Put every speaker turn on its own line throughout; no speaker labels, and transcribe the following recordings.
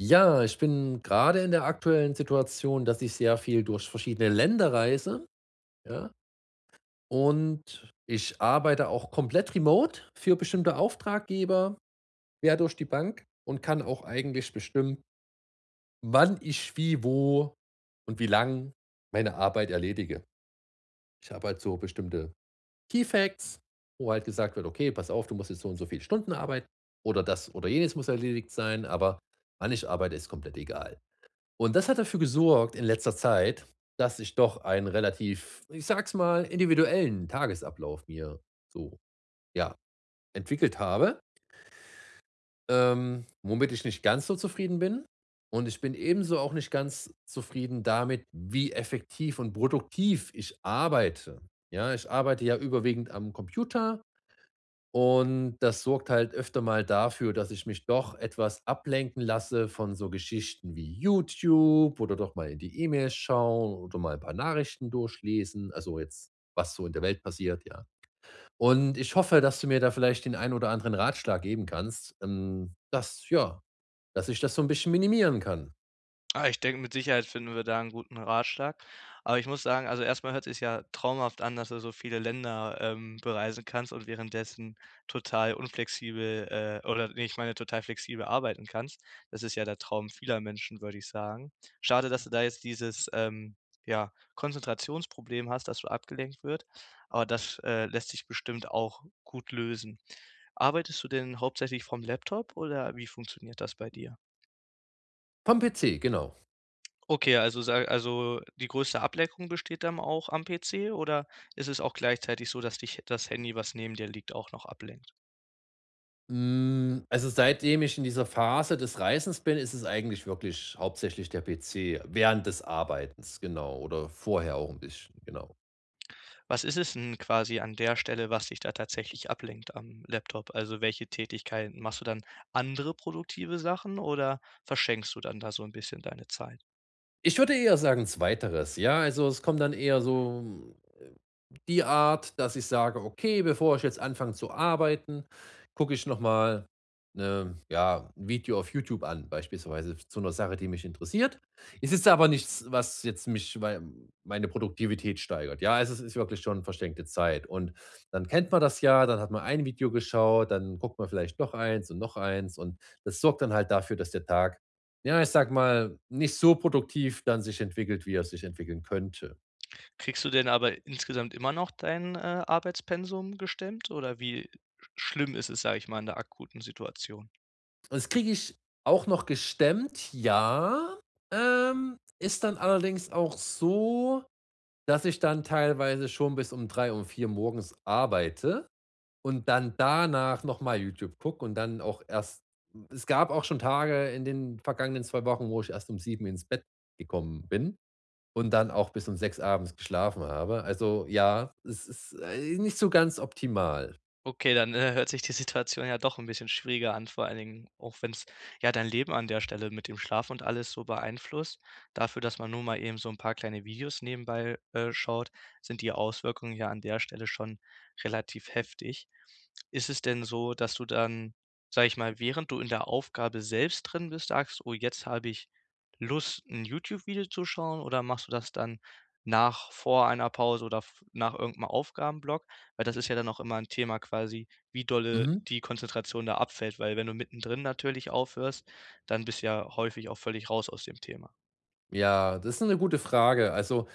Ja, ich bin gerade in der aktuellen Situation, dass ich sehr viel durch verschiedene Länder reise, ja, und ich arbeite auch komplett remote für bestimmte Auftraggeber quer durch die Bank und kann auch eigentlich bestimmen, wann ich wie, wo und wie lang meine Arbeit erledige. Ich habe halt so bestimmte Key Facts, wo halt gesagt wird: „Okay, pass auf, du musst jetzt so und so viele Stunden arbeiten oder das oder jenes muss erledigt sein", aber wann ich arbeite, ist komplett egal. Und das hat dafür gesorgt in letzter Zeit, dass ich doch einen relativ, ich sag's mal, individuellen Tagesablauf mir so, ja, entwickelt habe, womit ich nicht ganz so zufrieden bin. Und ich bin ebenso auch nicht ganz zufrieden damit, wie effektiv und produktiv ich arbeite. Ja, ich arbeite ja überwiegend am Computer und das sorgt halt öfter mal dafür, dass ich mich doch etwas ablenken lasse von so Geschichten wie YouTube oder doch mal in die E-Mails schauen oder mal ein paar Nachrichten durchlesen, also jetzt, was so in der Welt passiert, ja. Und ich hoffe, dass du mir da vielleicht den einen oder anderen Ratschlag geben kannst, dass ich das so ein bisschen minimieren kann.
Ah, ich denke, mit Sicherheit finden wir da einen guten Ratschlag. Aber ich muss sagen, also, erstmal mal hört sich ja traumhaft an, dass du so viele Länder, bereisen kannst und währenddessen total unflexibel, ich meine total flexibel arbeiten kannst. Das ist ja der Traum vieler Menschen, würde ich sagen. Schade, dass du da jetzt dieses, ja, Konzentrationsproblem hast, dass du abgelenkt wird, aber das lässt sich bestimmt auch gut lösen. Arbeitest du denn hauptsächlich vom Laptop oder wie funktioniert das bei dir?
Vom PC, genau.
Okay, also sa also die größte Ablenkung besteht dann auch am PC oder ist es auch gleichzeitig so, dass dich das Handy, was neben dir liegt, auch noch ablenkt?
Hm, also, seitdem ich in dieser Phase des Reisens bin, ist es eigentlich wirklich hauptsächlich der PC während des Arbeitens, genau, oder vorher auch ein bisschen, genau.
Was ist es 'n quasi an der Stelle, was dich da tatsächlich ablenkt am Laptop? Also, welche Tätigkeiten machst du dann andere produktive Sachen oder verschenkst du dann da so ein bisschen deine Zeit?
Ich würde eher sagen, 2. Ja, also, es kommt dann eher so die Art, dass ich sage: „Okay, bevor ich jetzt anfange zu arbeiten, gucke ich noch mal 'ne ja, 'n Video auf YouTube an", beispielsweise zu einer Sache, die mich interessiert. Es ist aber nichts, was jetzt mich mei meine Produktivität steigert. Ja, also, es ist wirklich schon verschenkte Zeit, und dann kennt man das ja, dann hat man ein Video geschaut, dann guckt man vielleicht noch eins und noch eins, und das sorgt dann halt dafür, dass der Tag, ja, ich sag mal, nicht so produktiv dann sich entwickelt, wie er sich entwickeln könnte.
Kriegst du denn aber insgesamt immer noch dein Arbeitspensum gestemmt oder wie schlimm ist es, sage ich mal, in der akuten Situation?
Das kriege ich auch noch gestemmt, ja. Ist dann allerdings auch so, dass ich dann teilweise schon bis um 3, um 4 morgens arbeite und dann danach noch mal YouTube gucke und dann auch erst es gab auch schon Tage in den vergangenen 2 Wochen, wo ich erst um 7 ins Bett gekommen bin und dann auch bis um 6 abends geschlafen habe. Also, ja, es ist, nicht so ganz optimal.
Okay, dann hört sich die Situation ja doch ein bisschen schwieriger an, vor allen Dingen auch wenn es ja dein Leben an der Stelle mit dem Schlaf und alles so beeinflusst. Dafür, dass man nur mal eben so ein paar kleine Videos nebenbei schaut, sind die Auswirkungen ja an der Stelle schon relativ heftig. Ist es denn so, dass du dann, sage ich mal, während du in der Aufgabe selbst drin bist, sagst: „Oh, jetzt habe ich Lust, ein YouTube-Video zu schauen“, oder machst du das dann nach vor einer Pause oder v nach irgendeinem Aufgabenblock? Weil das ist ja dann auch immer ein Thema quasi, wie dolle
Mhm.
die Konzentration da abfällt, weil wenn du mittendrin natürlich aufhörst, dann bist du ja häufig auch völlig raus aus dem Thema.
Ja, das ist eine gute Frage. Also,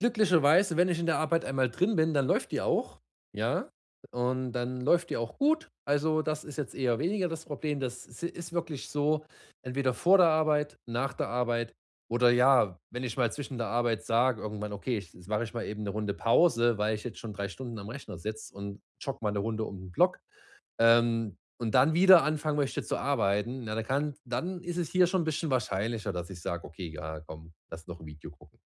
glücklicherweise, wenn ich in der Arbeit einmal drin bin, dann läuft die auch, ja? Und dann läuft die auch gut. Also, das ist jetzt eher weniger das Problem. Das si ist wirklich so: entweder vor der Arbeit, nach der Arbeit oder ja, wenn ich mal zwischen der Arbeit sage irgendwann: „Okay, ich jetzt mache ich mal eben eine Runde Pause, weil ich jetzt schon 3 Stunden am Rechner sitze, und jogge mal eine Runde um den Block, und dann wieder anfangen möchte zu arbeiten", na, dann ist es hier schon 'n bisschen wahrscheinlicher, dass ich sage: „Okay, ja, komm, lass noch ein Video gucken."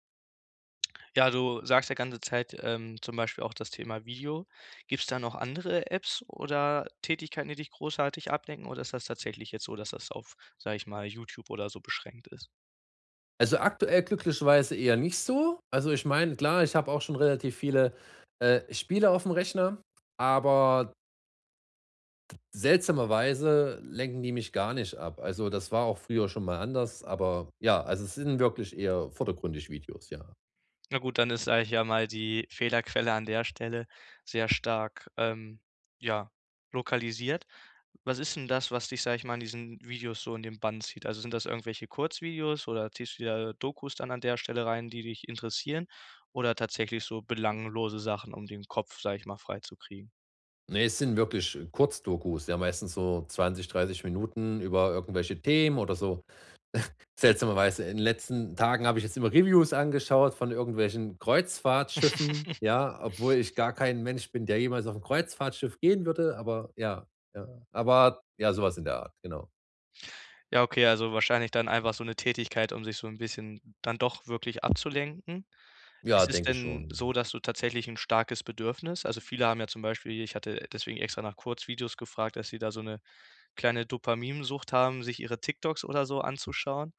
Ja, du sagst ja ganze Zeit, zum Beispiel auch das Thema Video. Gibt es da noch andere Apps oder Tätigkeiten, die dich großartig ablenken, oder ist das tatsächlich jetzt so, dass das auf, sage ich mal, YouTube oder so beschränkt ist?
Also, aktuell glücklicherweise eher nicht so. Also, ich meine, klar, ich habe auch schon relativ viele, Spiele auf dem Rechner, aber seltsamerweise lenken die mich gar nicht ab. Also, das war auch früher schon mal anders, aber ja, also, es sind wirklich eher vordergründig Videos, ja.
Na gut, dann ist, sage ich ja mal, die Fehlerquelle an der Stelle sehr stark, ja, lokalisiert. Was ist denn das, was dich, sage ich mal, in diesen Videos so in den Bann zieht? Also, sind das irgendwelche Kurzvideos oder ziehst du dir Dokus dann an der Stelle rein, die dich interessieren oder tatsächlich so belanglose Sachen, um den Kopf, sage ich mal, freizukriegen?
Ne, es sind wirklich Kurzdokus, ja, meistens so 20, 30 Minuten über irgendwelche Themen oder so. Seltsamerweise in den letzten Tagen habe ich jetzt immer Reviews angeschaut von irgendwelchen Kreuzfahrtschiffen, ja, obwohl ich gar kein Mensch bin, der jemals auf 'n Kreuzfahrtschiff gehen würde, aber ja, ja. Aber ja, so was in der Art, genau.
Ja, okay, also wahrscheinlich dann einfach so eine Tätigkeit, um sich so ein bisschen dann doch wirklich abzulenken.
Ja,
Ist es
denke
denn so,
schon.
dass du tatsächlich ein starkes Bedürfnis also, viele haben ja zum Beispiel ich hatte deswegen extra nach Kurzvideos gefragt, dass sie da so eine kleine Dopaminsucht haben, sich ihre TikToks oder so anzuschauen.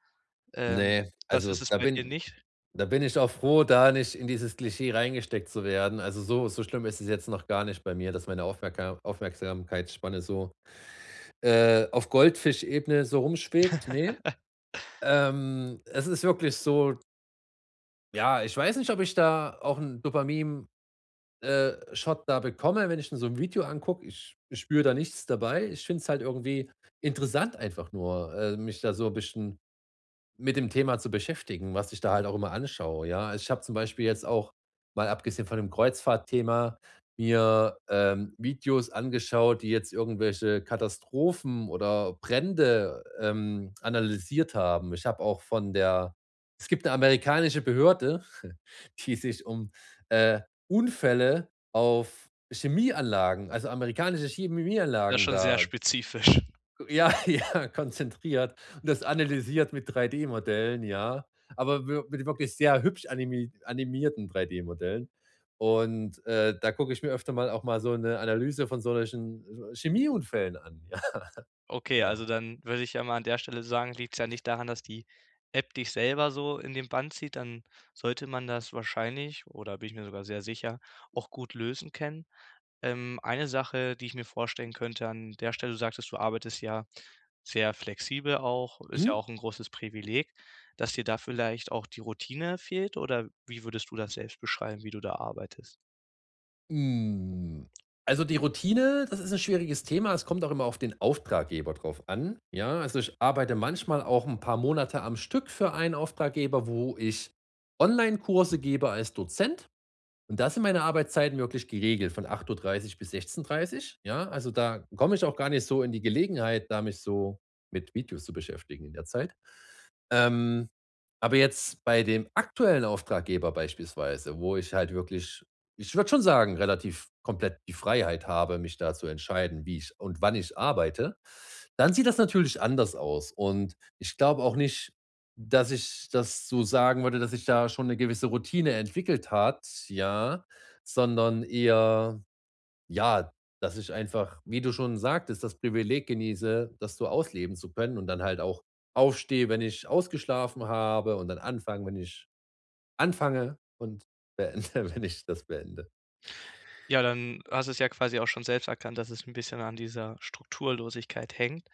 Ähm,
Ne,
das ist
also
es
da
bei dir
bin
nicht?
da bin ich auch froh, da nicht in dieses Klischee reingesteckt zu werden. Also, so so schlimm ist es jetzt noch gar nicht bei mir, dass meine Aufmerka Aufmerksamkeitsspanne so, auf Goldfischebene so rumschwebt, ne? Es ist wirklich so Ja, ich weiß nicht, ob ich da auch 'n Dopamin, Shot da bekomme, wenn ich mir so ein Video angucke. Ich spüre da nichts dabei. Ich finde es halt irgendwie interessant, einfach nur, mich da so ein bisschen mit dem Thema zu beschäftigen, was ich da halt auch immer anschaue, ja. Ich habe zum Beispiel jetzt auch, mal abgesehen von dem Kreuzfahrtthema, mir, Videos angeschaut, die jetzt irgendwelche Katastrophen oder Brände, analysiert haben. Ich habe auch von der Es gibt eine amerikanische Behörde, die sich um, äh, Unfälle auf Chemieanlagen, also amerikanische
Das ist
Chemieanlagen,
schon sehr
da
spezifisch.
ja, ja, konzentriert und das analysiert mit 3D-Modellen, ja, aber wir mit wirklich sehr hübsch animierten 3D-Modellen. Und, da gucke ich mir öfter mal auch mal so eine Analyse von solchen Chemieunfällen an, ja,
Okay,
genau.
also dann würde ich ja mal an der Stelle sagen, liegt es ja nicht daran, dass die App dich selber so in den Bann zieht, dann sollte man das wahrscheinlich oder bin ich mir sogar sehr sicher, auch gut lösen können. Eine Sache, die ich mir vorstellen könnte an der Stelle, du sagtest, du arbeitest ja sehr flexibel auch, ist ja
Mhm.
auch ein großes Privileg, dass dir da vielleicht auch die Routine fehlt oder wie würdest du das selbst beschreiben, wie du da arbeitest?
Hm, also die Routine, das ist ein schwieriges Thema. Es kommt auch immer auf den Auftraggeber drauf an, ja? Also, ich arbeite manchmal auch ein paar Monate am Stück für einen Auftraggeber, wo ich Online-Kurse gebe als Dozent. Und da sind meine Arbeitszeiten wirklich geregelt von 8:30 Uhr bis 16:30 Uhr, ja? Also, da komme ich auch gar nicht so in die Gelegenheit, da mich so mit Videos zu beschäftigen in der Zeit. Ähm aber jetzt bei dem aktuellen Auftraggeber beispielsweise, wo ich halt wirklich ich würde schon sagen, relativ komplett die Freiheit habe, mich da zu entscheiden, wie ich und wann ich arbeite, dann sieht das natürlich anders aus. Und ich glaube auch nicht, dass ich das so sagen würde, dass ich da schon eine gewisse Routine entwickelt hat, ja, sondern eher, ja, dass ich einfach, wie du schon sagtest, das Privileg genieße, das so ausleben zu können und dann halt auch aufstehe, wenn ich ausgeschlafen habe, und dann anfange, wenn ich anfange, und beende, wenn ich das beende.
Ja, dann hast du es ja quasi auch schon selbst erkannt, dass es ein bisschen an dieser Strukturlosigkeit hängt.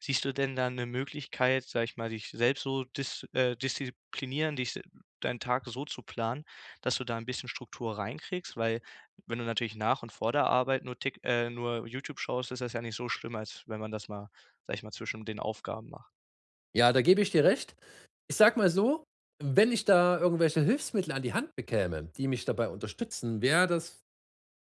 Siehst du denn da eine Möglichkeit, sag ich mal, dich selbst so disziplinieren, dich se deinen Tag so zu planen, dass du da ein bisschen Struktur reinkriegst? Weil wenn du natürlich nach und vor der Arbeit nur Tik nur YouTube schaust, ist das ja nicht so schlimm, als wenn man das mal, sag ich mal, zwischen den Aufgaben macht.
Ja, da gebe ich dir recht. Ich sag mal so: wenn ich da irgendwelche Hilfsmittel an die Hand bekäme, die mich dabei unterstützen, wäre das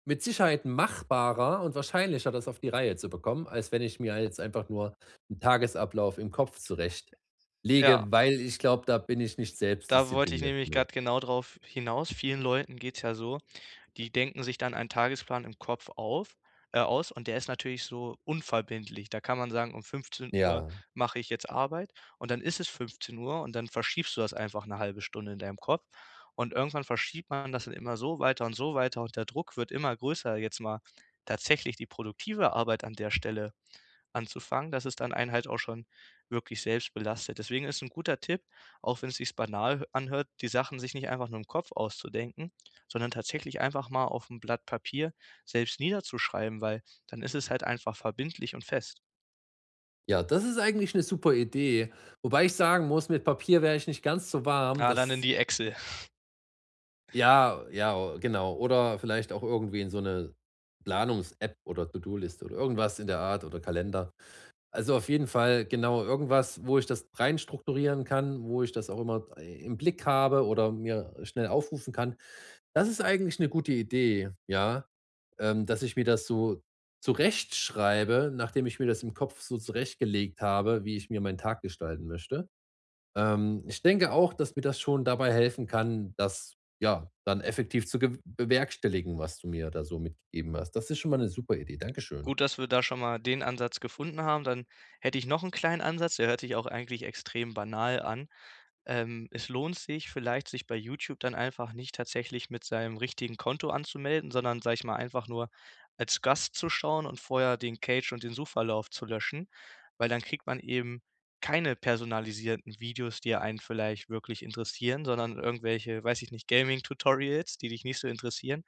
mit Sicherheit machbarer und wahrscheinlicher, das auf die Reihe zu bekommen, als wenn ich mir jetzt einfach nur einen Tagesablauf im Kopf
Ja,
zurechtlege, weil ich glaube, da bin ich nicht
da wollte ich
selbstdiszipliniert
nämlich
genug.
gerade genau drauf hinaus. Vielen Leuten geht's ja so, die denken sich dann einen Tagesplan im Kopf auf aus und der ist natürlich so unverbindlich. Da kann man sagen, um 15 Uhr
Ja,
mache ich jetzt Arbeit und dann ist es 15 Uhr und dann verschiebst du das einfach eine halbe Stunde in deinem Kopf und irgendwann verschiebt man das dann immer so weiter und der Druck wird immer größer, jetzt mal tatsächlich die produktive Arbeit an der Stelle anzufangen, dass es dann einen halt auch schon wirklich selbst belastet. Deswegen ist 'n guter Tipp, auch wenn es sich banal anhört, die Sachen sich nicht einfach nur im Kopf auszudenken, sondern tatsächlich einfach mal auf 'n Blatt Papier selbst niederzuschreiben, weil dann ist es halt einfach verbindlich und fest.
ja, das ist eigentlich eine super Idee. Wobei ich sagen muss, mit Papier wäre ich nicht ganz so warm.
Ah, dann in
Das
die Excel.
Ja, ja, genau. Oder vielleicht auch irgendwie in so eine Planungs-App oder To-do-Liste oder irgendwas in der Art oder Kalender. Also, auf jeden Fall, genau, irgendwas, wo ich das rein strukturieren kann, wo ich das auch immer i im Blick habe oder mir schnell aufrufen kann. Das ist eigentlich eine gute Idee, ja, dass ich mir das so zurechtschreibe, nachdem ich mir das im Kopf so zurechtgelegt habe, wie ich mir meinen Tag gestalten möchte. Ich denke auch, dass mir das schon dabei helfen kann, das, ja, dann effektiv zu gew bewerkstelligen, was du mir da so mitgegeben hast. Das ist schon mal eine super Idee. Dankeschön.
Gut, dass wir da schon mal den Ansatz gefunden haben. Dann hätte ich noch 'n kleinen Ansatz, der hört sich auch eigentlich extrem banal an. Es lohnt sich vielleicht, sich bei YouTube dann einfach nicht tatsächlich mit seinem richtigen Konto anzumelden, sondern, sage ich mal, einfach nur als Gast zu schauen und vorher den Cage und den Suchverlauf zu löschen, weil dann kriegt man eben keine personalisierten Videos, die einen vielleicht wirklich interessieren, sondern irgendwelche, weiß ich nicht, Gaming-Tutorials, die dich nicht so interessieren.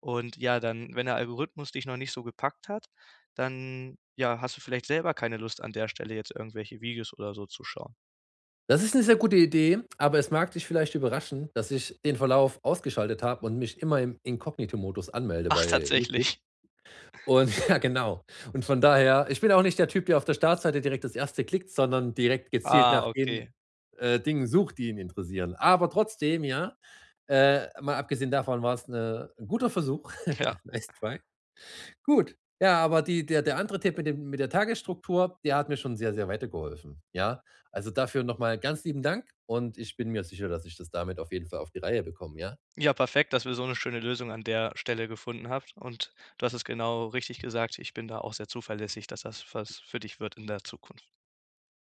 Und ja, dann, wenn der Algorithmus dich noch nicht so gepackt hat, dann, ja, hast du vielleicht selber keine Lust, an der Stelle jetzt irgendwelche Videos oder so zu schauen.
Das ist eine sehr gute Idee, aber es mag dich vielleicht überraschen, dass ich den Verlauf ausgeschaltet habe und mich immer im Inkognito-Modus anmelde
Ach,
bei YouTube.
tatsächlich.
Und ja, genau. Und von daher, ich bin auch nicht der Typ, der auf der Startseite direkt das Erste klickt, sondern direkt gezielt
Ah,
nach
okay.
den, Dingen sucht, die ihn interessieren. Aber trotzdem, ja, mal abgesehen davon war es ein guter Versuch.
Ja.
Nice try. Gut. Ja, aber die der der andere Tipp mit dem mit der Tagesstruktur, der hat mir schon sehr, sehr weitergeholfen. Ja, also dafür nochmal ganz lieben Dank, und ich bin mir sicher, dass ich das damit auf jeden Fall auf die Reihe bekomme, ja?
Ja, perfekt, dass wir so 'ne schöne Lösung an der Stelle gefunden habt und du hast es genau richtig gesagt. Ich bin da auch sehr zuverlässig, dass das was für dich wird in der Zukunft.